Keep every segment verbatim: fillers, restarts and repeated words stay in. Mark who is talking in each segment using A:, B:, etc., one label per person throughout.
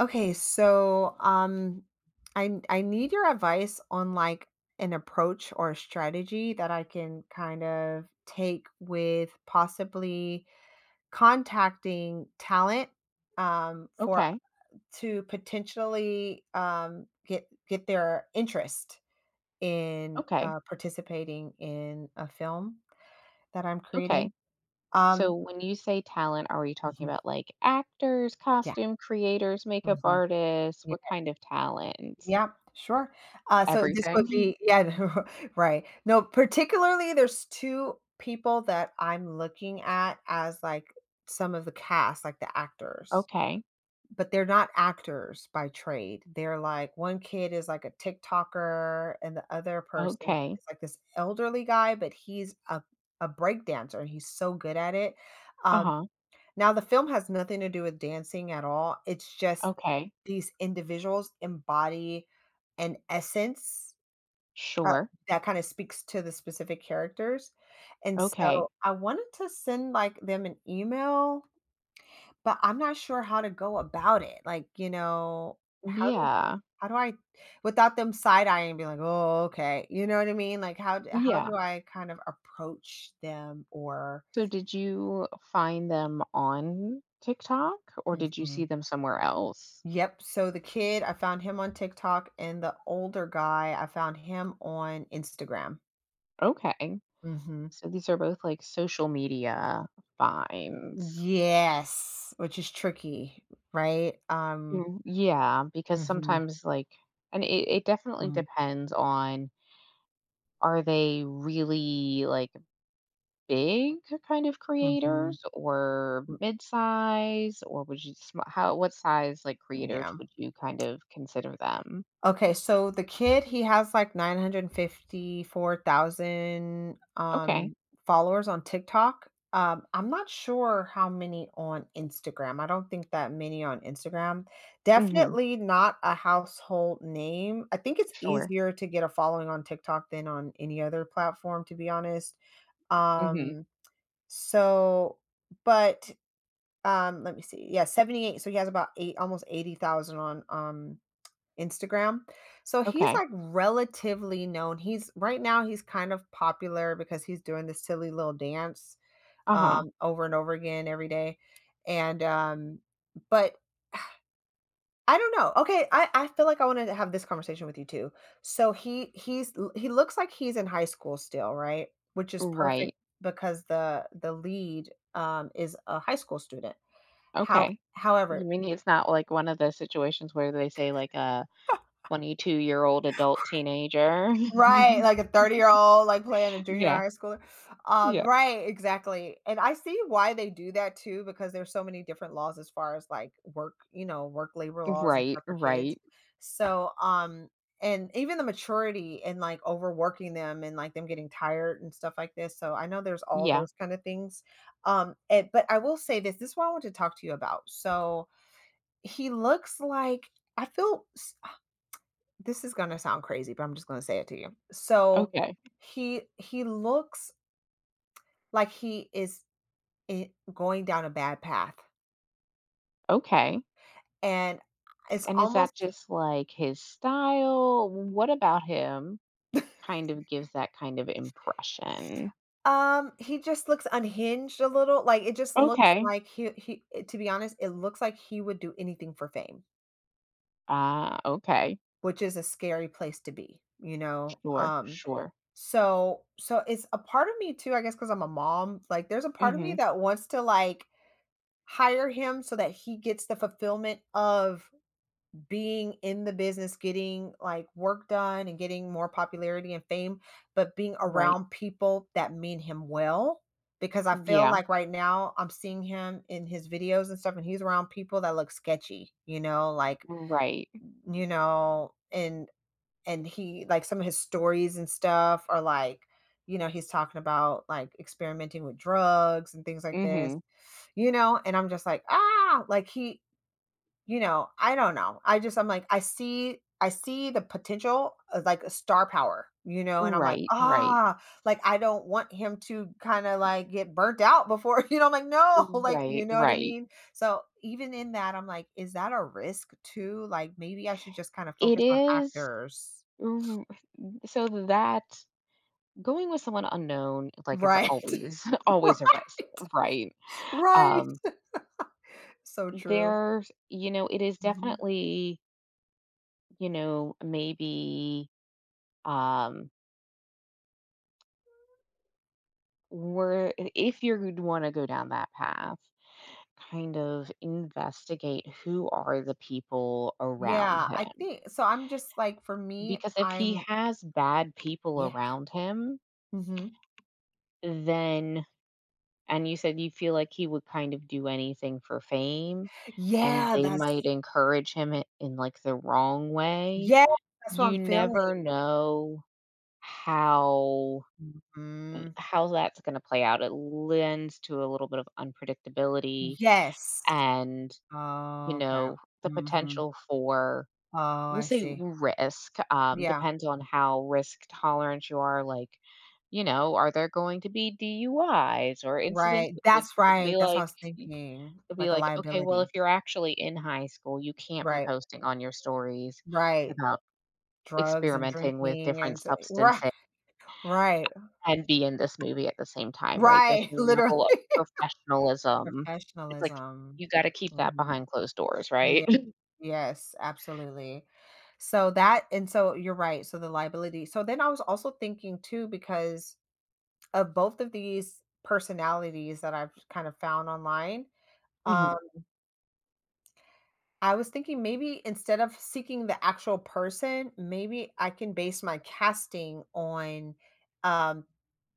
A: Okay, so um I I need your advice on, like, an approach or a strategy that I can kind of take with possibly contacting talent um for
B: Okay.
A: to potentially um get get their interest in
B: Okay.
A: uh, participating in a film that I'm creating.
B: Okay. So
A: Um
B: when you say talent, are you talking
A: Mhm.
B: about like actors,
A: Yeah.
B: costume creators, makeup
A: Hmm.
B: artists? What kind of talent?
A: Yeah, sure. Uh, so this would
B: Everything.
A: be, yeah, right. No, particularly there's two people that I'm looking at as, like, some of the cast, like the actors,
B: Okay.
A: but they're not actors by trade. They're like one kid is like a TikToker, and the other person
B: Okay.
A: is like this elderly guy, but he's a a break dancer, and he's so good at it. Um,
B: Uh-huh.
A: Now the film has nothing to do with dancing at all. It's just
B: Okay.
A: these individuals embody an essence, uh,
B: Sure.
A: that kinda speaks to the specific characters, and
B: Okay.
A: so I wanted to send, like, them an email, but I'm not sure how to go about it. Like, you know, how do
B: Yeah.
A: how do I without them side eyeing and be like, "Oh, okay." You know what I mean? Like, how d how
B: Yeah.
A: do I kind of approach them, or
B: So did you find them on TikTok or did you
A: Mhm.
B: see them somewhere else?
A: Yep. So the kid, I found him on TikTok, and the older guy, I found him on Instagram.
B: Okay.
A: Mhm.
B: So these are both like social media finds.
A: Yes, which is tricky, right? Um,
B: Mm, yeah, because
A: mhm,
B: sometimes like and it, it definitely
A: mm,
B: depends on are they really like big kind of
A: mhm,
B: creators or
A: mm,
B: mid-size or would you sm- how what size like creators
A: yeah.
B: would you kind of consider them?
A: Okay, so the kid, he has, like, nine hundred fifty-four thousand
B: Okay.
A: um followers on TikTok. Um, I'm not sure how many on Instagram. I don't think that many on Instagram.
B: Mhm.
A: Definitely not a household name. I think it's
B: Sure.
A: easier to get a following on TikTok than on any other platform, to be honest.
B: Mhm.
A: Um, so but um let me see. Yeah, seventy-eight. So he has about eight almost eighty thousand on um Instagram. So he's,
B: Okay.
A: like, relatively known. He's Right now he's kind of popular because he's doing this silly little dance
B: Uh-huh.
A: um over and over again every day. And um but I don't know. Okay, I I feel like I want to have this conversation with you too. So he he's l- he looks like he's in high school still, right? Which is perfect
B: Right.
A: because the the lead um is a high school student. How
B: Okay. You
A: However,
B: mean it's not like one of the situations where they say like a twenty-two-year-old adult teenager?
A: right, like a thirty-year-old, like, playing a junior
B: Yeah.
A: high schooler. Um,
B: Yeah.
A: right, exactly, and I see why they do that too because there's so many different laws as far as, like, work you know, work labor laws and
B: Right,
A: stuff for kids.
B: right.
A: So, um and even the maturity and, like, overworking them and, like, them getting tired and stuff like this, so I know there's all
B: Yeah.
A: those kind of things. Um, and but I will say this, this is what I want to talk to you about. So, he looks like I feel this is going to sound crazy, but I'm just going to say it to you. So
B: Okay.
A: he he looks like he is i- going down a bad path,
B: Okay.
A: and it's
B: And is
A: almost.
B: that just like his style? What about him kind of gives that kind of impression?
A: Um he just looks unhinged a little, like, it just looks
B: Okay.
A: like he he eh, to be honest, it looks like he would do anything for fame,
B: Ah, okay.
A: which is a scary place to be, you know
B: Sure,
A: um
B: sure.
A: so so it's a part of me too, I guess, because I'm a mom, like, there's a part of me
B: Mhm.
A: that wants to, like, hire him so that he gets the fulfillment of being in the business, getting, like, work done and getting more popularity and fame, but being
B: Right.
A: around people that mean him well. Because I feel
B: Yeah.
A: like right now I'm seeing him in his videos and stuff, and he's around people that look sketchy, you know, like,
B: Right.
A: you know, and and he, like, some of his stories and stuff are like, you know, he's talking about, like, experimenting with drugs and things like this,
B: Mhm.
A: you know, and I'm just like, ah, like, he you know, I don't know. I just, I'm like, I see I see the potential of, like, a star power, you know, and I'm like,
B: Right, right.
A: "Ah," like, I don't want him to kinda, like, get burnt out before, you know, I'm like, "No," like, you
B: Right,
A: know what I
B: right.
A: mean? So, even in that, I'm like, "Is that a risk too?" Like, maybe I should just kinda
B: It
A: focus on
B: is
A: actors.
B: r- so that going with someone unknown like is
A: Right,
B: always, always a risk,
A: right,
B: right?
A: right.
B: Um
A: So true.
B: There's, you know, it is
A: Mhm.
B: definitely, you know, maybe, um, where if you're wanna go down that path, kind of investigate who are the people around
A: Yeah, I
B: him,
A: think so. I'm just like, for me,
B: because if he
A: I'm,
B: has bad people
A: yeah.
B: around him,
A: Mhm.
B: then, and you said you feel like he would kind of do anything for fame, and
A: Yeah,
B: they
A: that's
B: might encourage him I in, like, the wrong way.
A: Yes, that's what I'm
B: You
A: feeling.
B: never know how
A: Mhm.
B: how that's gonna play out. It lends to a little bit of unpredictability
A: Yes.
B: and, you
A: Okay.
B: know, the
A: Mhm.
B: potential for,
A: Oh,
B: we'll
A: I
B: say,
A: see.
B: risk. Um,
A: Yeah,
B: depends on how risk tolerant you are, like, you know, are there going to be D U Is or incidents.
A: right.
B: like
A: That's
B: it'd be
A: right, that's what I
B: like
A: was
B: y
A: thinking,
B: It'd be
A: like a
B: like, "Okay, well, if
A: liability.
B: you're actually in high school, you can't be
A: Right,
B: posting on your stories
A: right.
B: about
A: Drugs and
B: experimenting with
A: drinking,
B: different
A: and s right,
B: substances,"
A: right,
B: and be in this movie at the same time, right? There's
A: right,
B: a
A: literally.
B: level of professionalism. It's like
A: Professionalism.
B: you gotta keep that
A: Mhm.
B: behind closed doors,
A: Yeah,
B: right?
A: yes, absolutely. So that, and so you're right, so the liability. So then I was also thinking too, because of both of these personalities that I've kind of found online,
B: Mhm.
A: um, I was thinking maybe instead of seeking the actual person, maybe I can base my casting on um,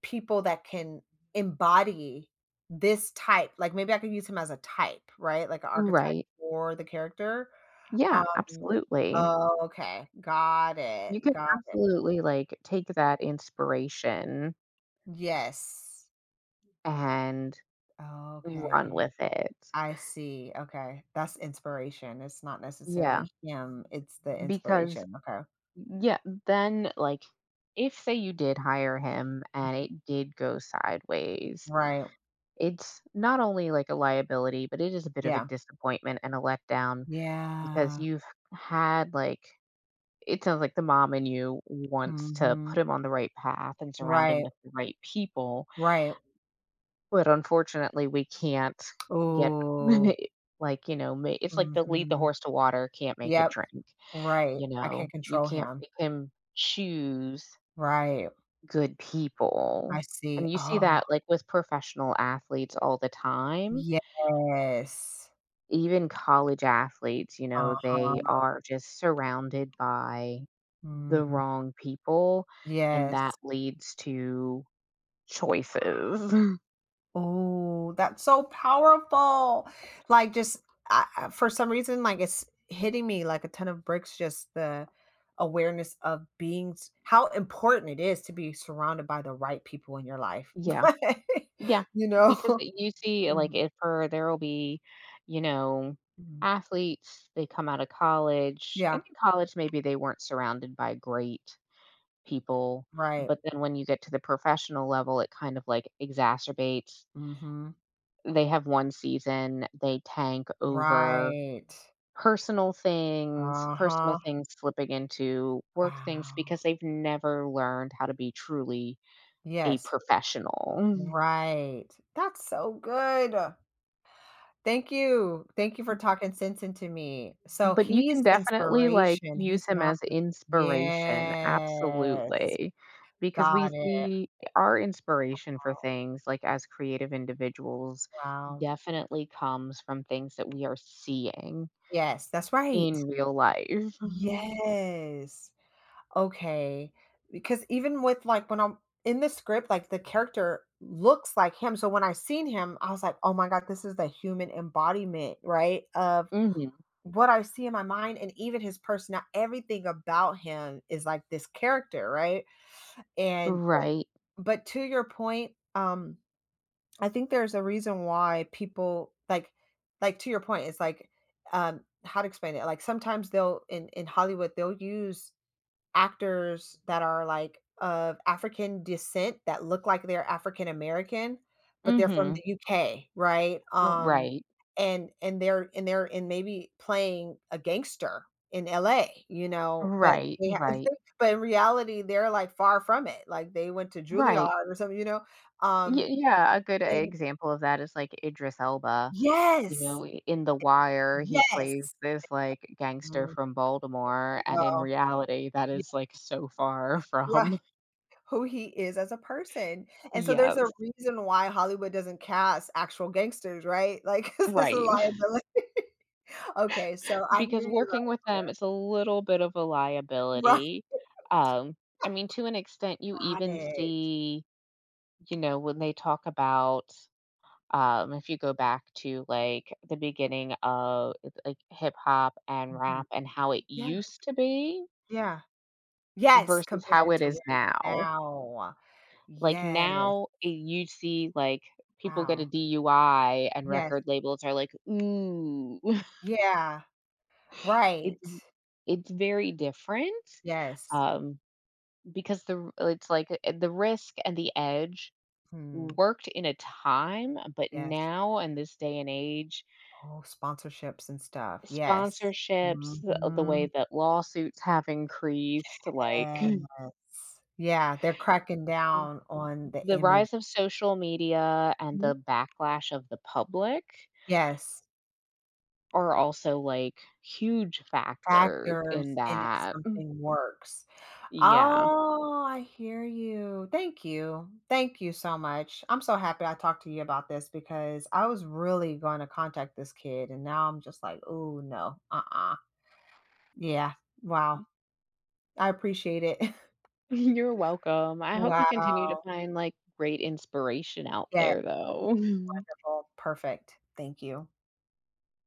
A: people that can embody this type. Like, maybe I could use him as a type, right? Like an archetype
B: Right.
A: for the character.
B: Yeah,
A: Um,
B: absolutely.
A: oh, okay. Got
B: You
A: it.
B: can
A: Got it.
B: absolutely, like, take that inspiration
A: Yes.
B: and run
A: Okay.
B: with it.
A: I see, okay. That's inspiration, it's not necessarily
B: Yeah,
A: him, it's the
B: because,
A: inspiration, okay.
B: yeah, then, like, if, say, you did hire him and
A: Mm,
B: it did go sideways,
A: right,
B: it's not only, like, a liability, but it is a bit of a
A: yeah.
B: disappointment and a letdown because
A: Yeah,
B: you've had like it sounds like the mom in you wants to
A: mhm.
B: put him on the right path and surround him
A: Right,
B: with the right people,
A: right.
B: but unfortunately we can't get,
A: Oh.
B: like, you know, ma- it's like the, lead the
A: Mhm.
B: horse to water, can't make it
A: Yep,
B: drink.
A: right,
B: You
A: I can't
B: know, you
A: control
B: can't
A: him.
B: make him choose
A: Right,
B: good people,
A: I see.
B: and you see
A: Oh,
B: that like with professional athletes all the time.
A: yes.
B: Even college athletes, you know,
A: Uh-huh.
B: they are just surrounded by the
A: Mm,
B: wrong people, and that
A: yes.
B: leads to choices.
A: Oh, that's so powerful. Like, just, I, I- for some reason, like, it's hitting me like a ton of bricks. Just the awareness of being, s- how important it is to be surrounded by the right people in your life.
B: Yeah,
A: Like,
B: yeah,
A: you know.
B: because it- you see, like,
A: Mhm,
B: if for there'll be, you know,
A: mhm.
B: athletes, they come out of college,
A: Yeah.
B: and in college, maybe they weren't surrounded by great people,
A: Right.
B: but then when you get to the professional level, it kind of like exacerbates.
A: Hmm.
B: They have one season, they tank over.
A: Right.
B: Personal things,
A: Uh
B: personal
A: huh.
B: things slipping into work things
A: Wow.
B: because they've never learned how to be truly a
A: Yes.
B: professional.
A: Right. That's so good. Thank you. Thank you for talking sense into me. So
B: But you
A: he's
B: can definitely, like,
A: inspiration.
B: use
A: He's
B: him
A: not
B: as
A: the—
B: inspiration,
A: Yes.
B: absolutely, because we
A: Got it.
B: see our inspiration for things, like, as creative individuals,
A: Oh, wow.
B: definitely comes from things that we are seeing
A: Yes, that's right.
B: in real life.
A: Yes. Okay. Because even with, like, when I'm in the script, like, the character looks like him. So when I seen him, I was like, oh my God, this is the human embodiment, right? Of
B: Mhm.
A: what I see in my mind, and even his personality, everything about him is like this character, right? And but
B: Right.
A: but to your point, um, I think there's a reason why people like like to your point, it's like, um, how to explain it, like, sometimes they'll in in Hollywood, they'll use actors that are, like, of African descent that look like they're African American, but they're from
B: Mhm.
A: the U K, right? Um,
B: Right.
A: and and they're and they're in, maybe, playing a gangster in L A, you know, but
B: Right,
A: they have,
B: right.
A: but in reality, they're, like, far from it, like, they went to
B: Right.
A: Juilliard or something, you know?
B: Y
A: Um,
B: Yeah, a good
A: and
B: example of that is, like, Idris Elba, you
A: Yes!
B: know, i- in The Wire, he plays
A: Yes!
B: this, like, gangster
A: Mhm,
B: from Baltimore, and in
A: well,
B: reality, that is, like, so far
A: yeah.
B: from.
A: Who he is as a person. And so there's a
B: Yes,
A: reason why Hollywood doesn't cast actual gangsters, right? Like, 'cause it's a
B: right.
A: liability. Okay, so I
B: Because
A: hear you loud
B: working
A: and
B: with them
A: clear.
B: is a little bit of a
A: Right.
B: liability. Um, I mean, to an extent, you
A: Got
B: even
A: it.
B: see, you know, when they talk about Um, if you go back to like the beginning of like hip hop and
A: Mhm.
B: rap and how it
A: Yeah,
B: used to be
A: yeah. Yes,
B: versus how
A: compared
B: it
A: to
B: is
A: where it is
B: now.
A: now.
B: Like
A: Yes.
B: now, eh, you see like people get a
A: Wow.
B: D U I and
A: Yes.
B: record labels are like, ooh,
A: Yeah.
B: it's
A: Right.
B: it's very different.
A: Yes.
B: Um, because the r- it's like, eh, the risk and the edge
A: Hmm.
B: worked in a time, but
A: Yes.
B: now in this day and age,
A: Oh, sponsorships and stuff. Yes.
B: sponsorships, the uh, the
A: Mhm.
B: way that lawsuits have increased, like,
A: Yes. Yeah, they're cracking down on the
B: the
A: image.
B: rise of social media and
A: Mhm,
B: the backlash of the public
A: yes,
B: are also, like, huge factors in
A: factors, and if
B: that.
A: something works.
B: Yeah.
A: Oh, I hear you. Thank you. Thank you so much. I'm so happy I talked to you about this because I was really gonna contact this kid, and now I'm just like, oh no, uh-uh." Yeah, wow. I appreciate it.
B: You're welcome. I hope you continue to
A: Wow.
B: find, like, great inspiration out
A: Yeah,
B: there, though.
A: well, perfect. Thank you.